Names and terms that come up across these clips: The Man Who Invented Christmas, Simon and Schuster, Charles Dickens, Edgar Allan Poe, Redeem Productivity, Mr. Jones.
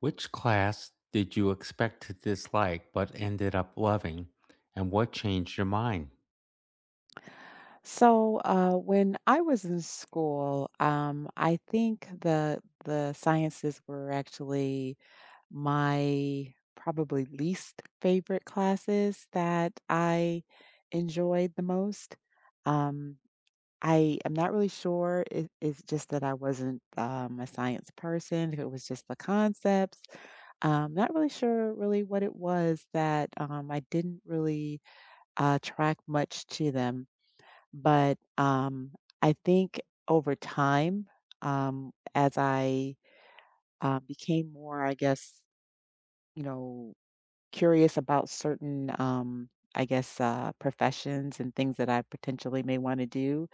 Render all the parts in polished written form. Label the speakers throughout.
Speaker 1: Which class did you expect to dislike but ended up loving, and what changed your mind?
Speaker 2: So when I was in school, I think the sciences were actually my probably least favorite classes that I enjoyed the most. Um, I am not really sure. It's just that I wasn't a science person. It was just the concepts. Not really sure really what it was that I didn't really track much to them. But I think over time, um, as I, became more, I guess, you know, curious about certain, I guess, professions and things that I potentially may wanna do,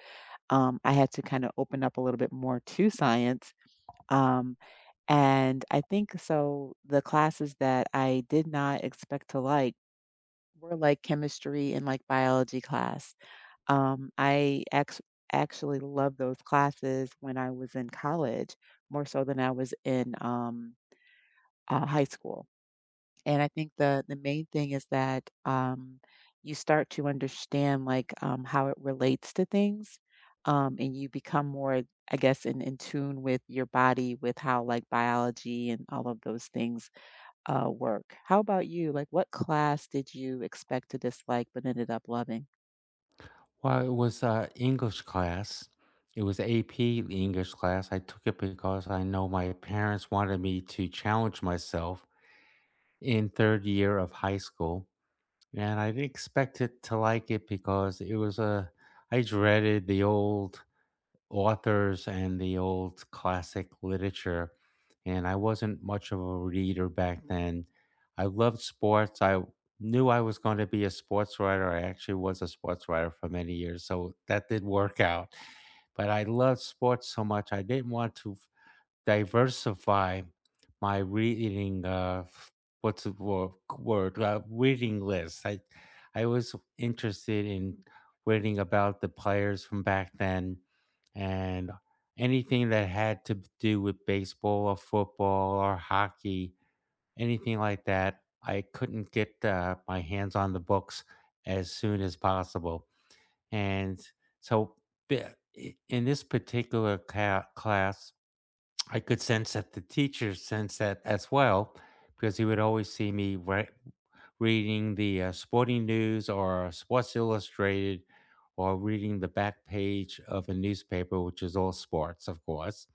Speaker 2: I had to kinda open up a little bit more to science, um, and I think so the classes that I did not expect to like were like chemistry and like biology class. Um, I act- Actually loved those classes when I was in college, more so than I was in high school. And I think the main thing is that you start to understand like how it relates to things, and you become more, I guess, in tune with your body, with how like biology and all of those things work. How about you? Like, what class did you expect to dislike but ended up loving?
Speaker 1: Well, it was English class. It was AP English class. I took it because I know my parents wanted me to challenge myself in third year of high school, and I didn't expect it to like it because it was a. I dreaded the old authors and the old classic literature. And I wasn't much of a reader back then. I loved sports. I knew I was going to be a sports writer. I actually was a sports writer for many years. So that did work out. But I loved sports so much. I didn't want to diversify my reading what's the word, word reading list. I was interested in reading about the players from back then, and anything that had to do with baseball or football or hockey, anything like that. I couldn't get my hands on the books as soon as possible. And so, in this particular class, I could sense that the teacher sensed that as well, because he would always see me right reading the Sporting News or Sports Illustrated, or reading the back page of a newspaper, which is all sports, of course.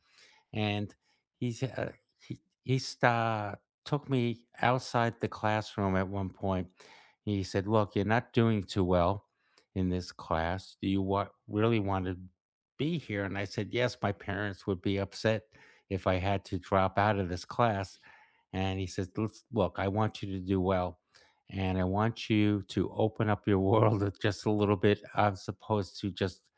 Speaker 1: And he's, he, he sta took me outside the classroom at one point. He said, "Look, you're not doing too well in this class. Do you really want to be here?" And I said, "Yes, my parents would be upset if I had to drop out of this class." And he says, "Let's look. I want you to do well, and I want you to open up your world just a little bit, as opposed to just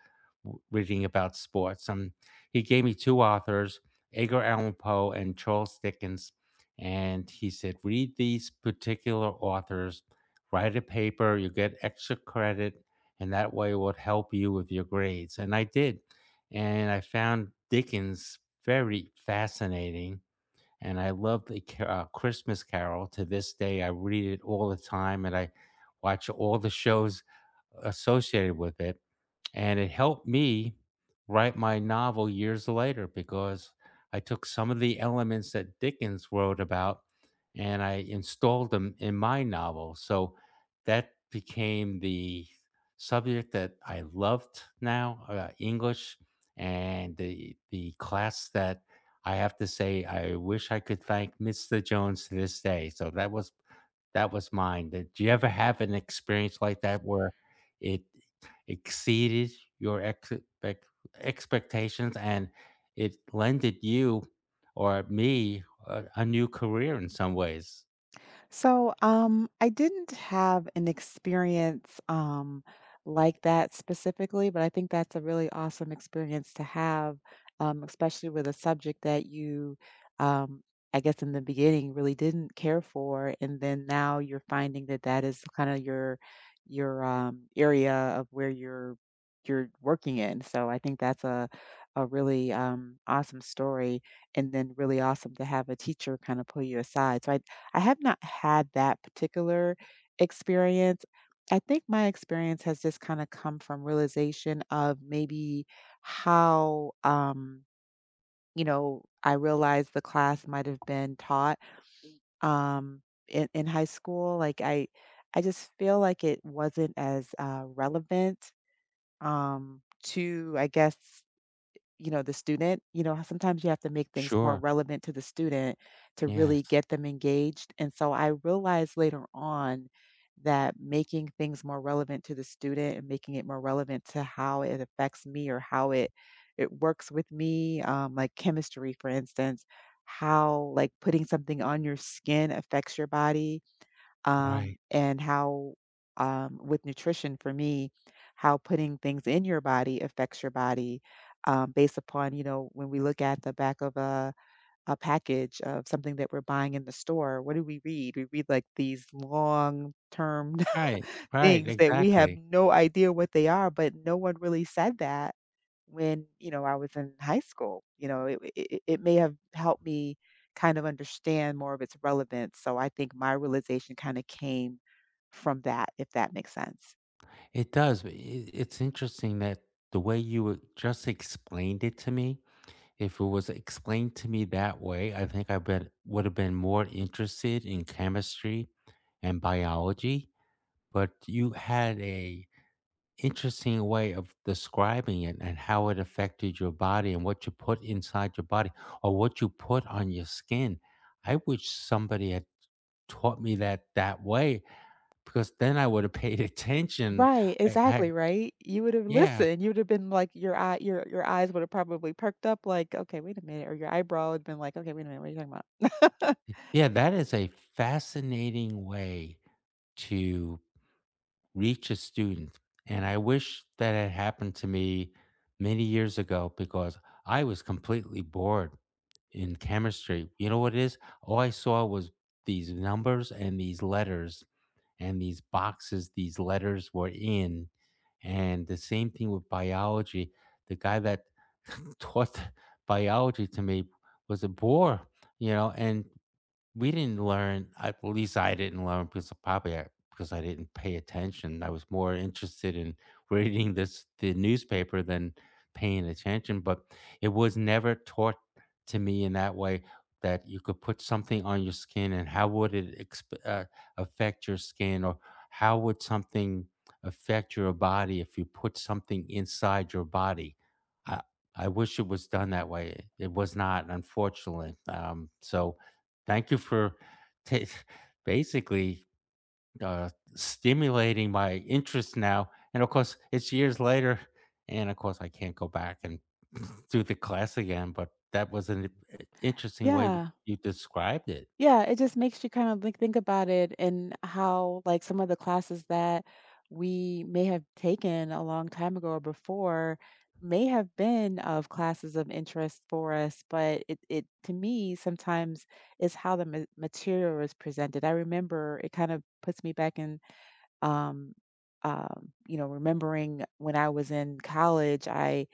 Speaker 1: reading about sports." He gave me two authors, Edgar Allan Poe and Charles Dickens, and he said, "Read these particular authors, write a paper. You get extra credit, and that way it would help you with your grades." And I did, and I found Dickens very fascinating, and I love the Christmas Carol to this day. I read it all the time, and I watch all the shows associated with it. And it helped me write my novel years later, because I took some of the elements that Dickens wrote about and I installed them in my novel. So that became the subject that I loved now, English, and the class that, I have to say, I wish I could thank Mr. Jones to this day. So that was, that was mine. Did you ever have an experience like that where it exceeded your expectations, and it lended you or me a new career in some ways?
Speaker 2: So I didn't have an experience like that specifically, but I think that's a really awesome experience to have, especially with a subject that you, um, I guess, in the beginning really didn't care for, and then now you're finding that that is kind of your area of where you're working in. So I think that's a really awesome story, and then really awesome to have a teacher kind of pull you aside. So I have not had that particular experience. I think my experience has just kind of come from realization of maybe how, you know, I realized the class might have been taught um, in high school. I just feel like it wasn't as relevant to, I guess, you know, the student, you know, sometimes you have to make things more
Speaker 1: Sure.
Speaker 2: relevant to the student to
Speaker 1: Yes.
Speaker 2: really get them engaged. And so I realized later on that making things more relevant to the student and making it more relevant to how it affects me or how it works with me, like chemistry, for instance, how like putting something on your skin affects your body
Speaker 1: Right.
Speaker 2: and how, with nutrition for me, how putting things in your body affects your body based upon, you know, when we look at the back of a package of something that we're buying in the store, what do we read? We read like these long term
Speaker 1: Right. Right.
Speaker 2: things that we have
Speaker 1: Exactly.
Speaker 2: no idea what they are, but no one really said that when, you know, I was in high school. You know, it may have helped me kind of understand more of its relevance. So I think my realization kind of came from that, if that makes sense.
Speaker 1: It does. But It, it's interesting that the way you just explained it to me. If it was explained to me that way, I think would have been more interested in chemistry and biology. But you had a interesting way of describing it and how it affected your body and what you put inside your body or what you put on your skin. I wish somebody had taught me that that way, because then I would have paid attention.
Speaker 2: Right, exactly,
Speaker 1: I
Speaker 2: right? You would have
Speaker 1: yeah,
Speaker 2: listened. You would have been like your eyes would have probably perked up like, okay, wait a minute, or your eyebrow would have been like, okay, wait a minute, what are you talking about?
Speaker 1: yeah, that is a fascinating way to reach a student. And I wish that had happened to me many years ago, because I was completely bored in chemistry. You know what it is? All I saw was these numbers and these letters and these boxes these letters were in. And the same thing with biology. The guy that taught biology to me was a bore, you know, and we didn't learn, at least I didn't learn, because of probably I didn't pay attention. I was more interested in reading this the newspaper than paying attention, but it was never taught to me in that way, that you could put something on your skin and how would it affect your skin, or how would something affect your body if you put something inside your body. I I wish it was done that way. It was not, unfortunately. Thank you for ta basically, uh, stimulating my interest now, and of course, it's years later, and of course, I can't go back and do the class again, but that was an I interesting way
Speaker 2: Yeah.
Speaker 1: you described it.
Speaker 2: Yeah, it just makes you kind of like think about it and how like some of the classes that we may have taken a long time ago or before may have been of classes of interest for us, but it to me sometimes is how the material is presented. I remember it kind of puts me back in um you know, remembering when I was in college, I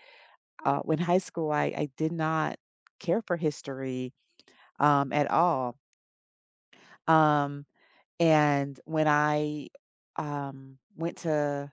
Speaker 2: when high school, I did not care for history at all. Um, and when I went to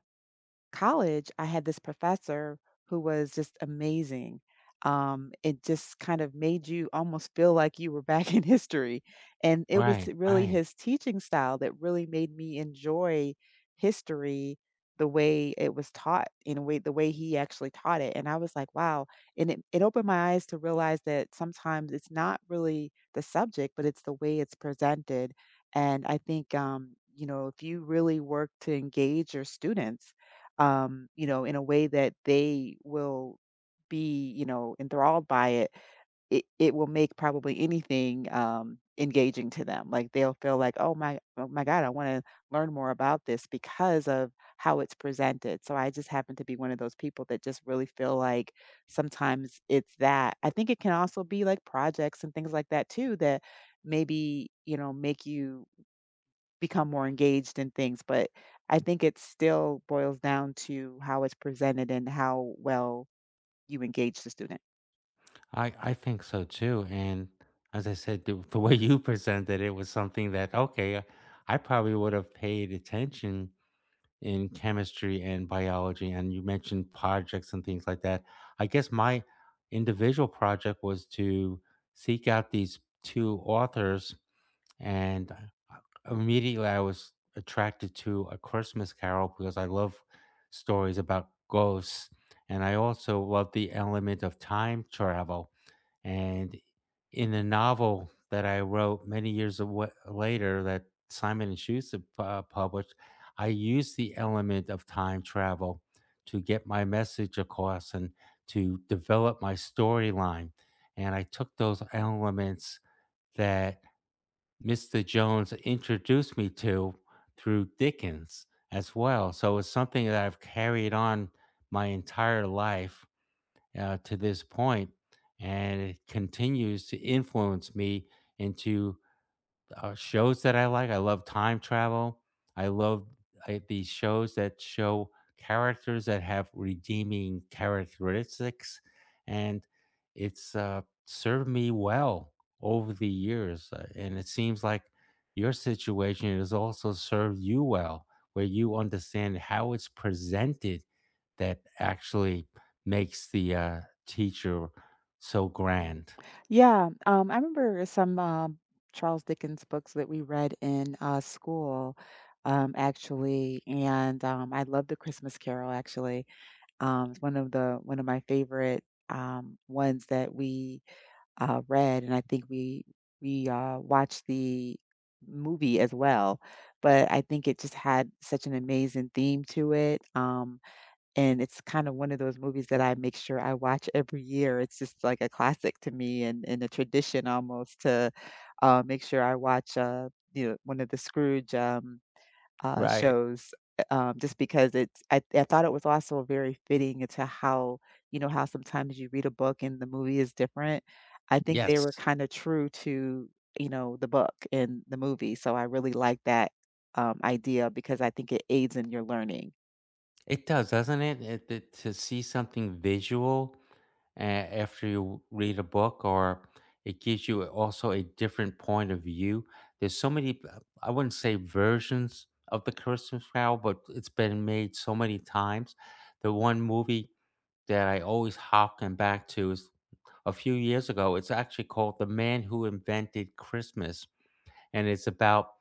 Speaker 2: college, I had this professor who was just amazing. It just kind of made you almost feel like you were back in history. And it was
Speaker 1: Right,
Speaker 2: really
Speaker 1: right.
Speaker 2: his teaching style that really made me enjoy history the way it was taught, in a way, the way he actually taught it. And I was like, wow. And it opened my eyes to realize that sometimes it's not really the subject, but it's the way it's presented. And I think, you know, if you really work to engage your students, you know, in a way that they will be, you know, enthralled by it, it will make probably anything engaging to them. Like they'll feel like, oh my, oh my God, I want to learn more about this because of how it's presented. So I just happen to be one of those people that just really feel like sometimes it's that. I think it can also be like projects and things like that too that maybe, you know, make you become more engaged in things, but I think it still boils down to how it's presented and how well you engage the student.
Speaker 1: I think so too, and as I said, the way you presented it was something that, okay, I probably would have paid attention in chemistry and biology, and you mentioned projects and things like that. I guess my individual project was to seek out these two authors, and immediately I was attracted to A Christmas Carol because I love stories about ghosts, and I also love the element of time travel. And in a novel that I wrote many years later, that Simon and Schuster published, I used the element of time travel to get my message across and to develop my storyline. And I took those elements that Mr. Jones introduced me to through Dickens as well. So it's something that I've carried on my entire life, to this point, and it continues to influence me into, shows that I like. I love time travel. I love these shows that show characters that have redeeming characteristics, and it's served me well over the years. And it seems like your situation has also served you well, where you understand how it's presented, that actually makes the, teacher so grand,
Speaker 2: Yeah, I remember some Charles Dickens books that we read in school, actually, and I love The Christmas Carol. Actually, it's one of my favorite ones that we read, and I think we watched the movie as well. But I think it just had such an amazing theme to it, and it's kind of one of those movies that I make sure I watch every year. It's just like a classic to me and a tradition almost to make sure I watch. You know, one of the Scrooge
Speaker 1: right?
Speaker 2: shows, just because I thought it was also very fitting into how you know how sometimes you read a book and the movie is different. I think they
Speaker 1: Yes,
Speaker 2: were kind of true to you know the book and the movie, so I really like that idea because I think it aids in your learning.
Speaker 1: it does, doesn't it? To see something visual a after you read a book, or it gives you also a different point of view. There's so many, I wouldn't say versions of the Christmas Carol, but it's been made so many times. The one movie that I always harken back to is a few years ago. It's actually called The Man Who Invented Christmas, and it's about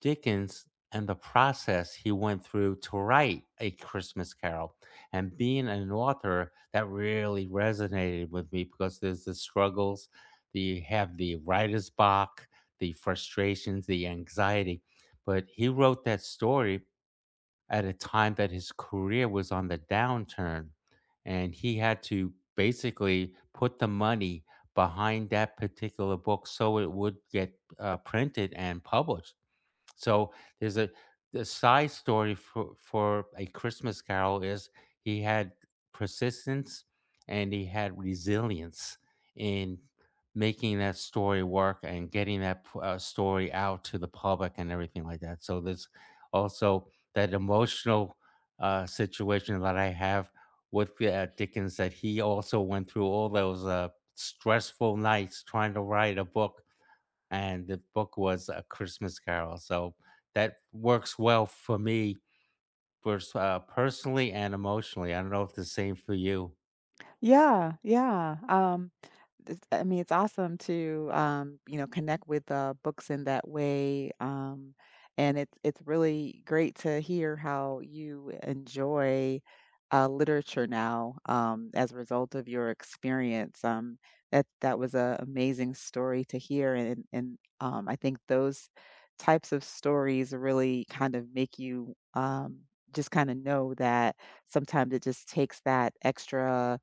Speaker 1: Dickens and the process he went through to write A Christmas Carol. And being an author, that really resonated with me, because there's the struggles, the, you have the writer's block, the frustrations, the anxiety. But he wrote that story at a time that his career was on the downturn, and he had to basically put the money behind that particular book so it would get printed and published. So there's a, the side story for A Christmas Carol is he had persistence and he had resilience in making that story work and getting that story out to the public and everything like that. So there's also that emotional situation that I have with Dickens, that he also went through all those stressful nights trying to write a book, and the book was A Christmas Carol. So that works well for me, for personally and emotionally. I don't know if the same for you.
Speaker 2: Yeah, yeah. It's, I mean, it's awesome to you know connect with books in that way, and it's really great to hear how you enjoy literature now as a result of your experience. That was an amazing story to hear, and I think those types of stories really kind of make you just kind of know that sometimes it just takes that extra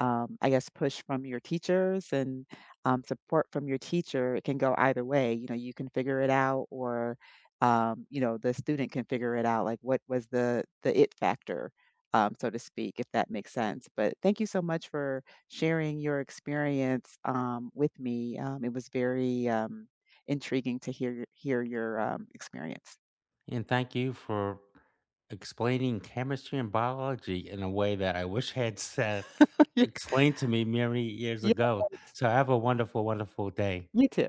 Speaker 2: I guess, push from your teachers and support from your teacher, it can go either way. You know, you can figure it out, or you know, the student can figure it out. Like, what was the it factor, so to speak, if that makes sense. But thank you so much for sharing your experience with me. It was very intriguing to hear your experience.
Speaker 1: And thank you for explaining chemistry and biology in a way that I wish had said explained to me many years
Speaker 2: Yeah,
Speaker 1: ago. So have a wonderful, wonderful day.
Speaker 2: you too.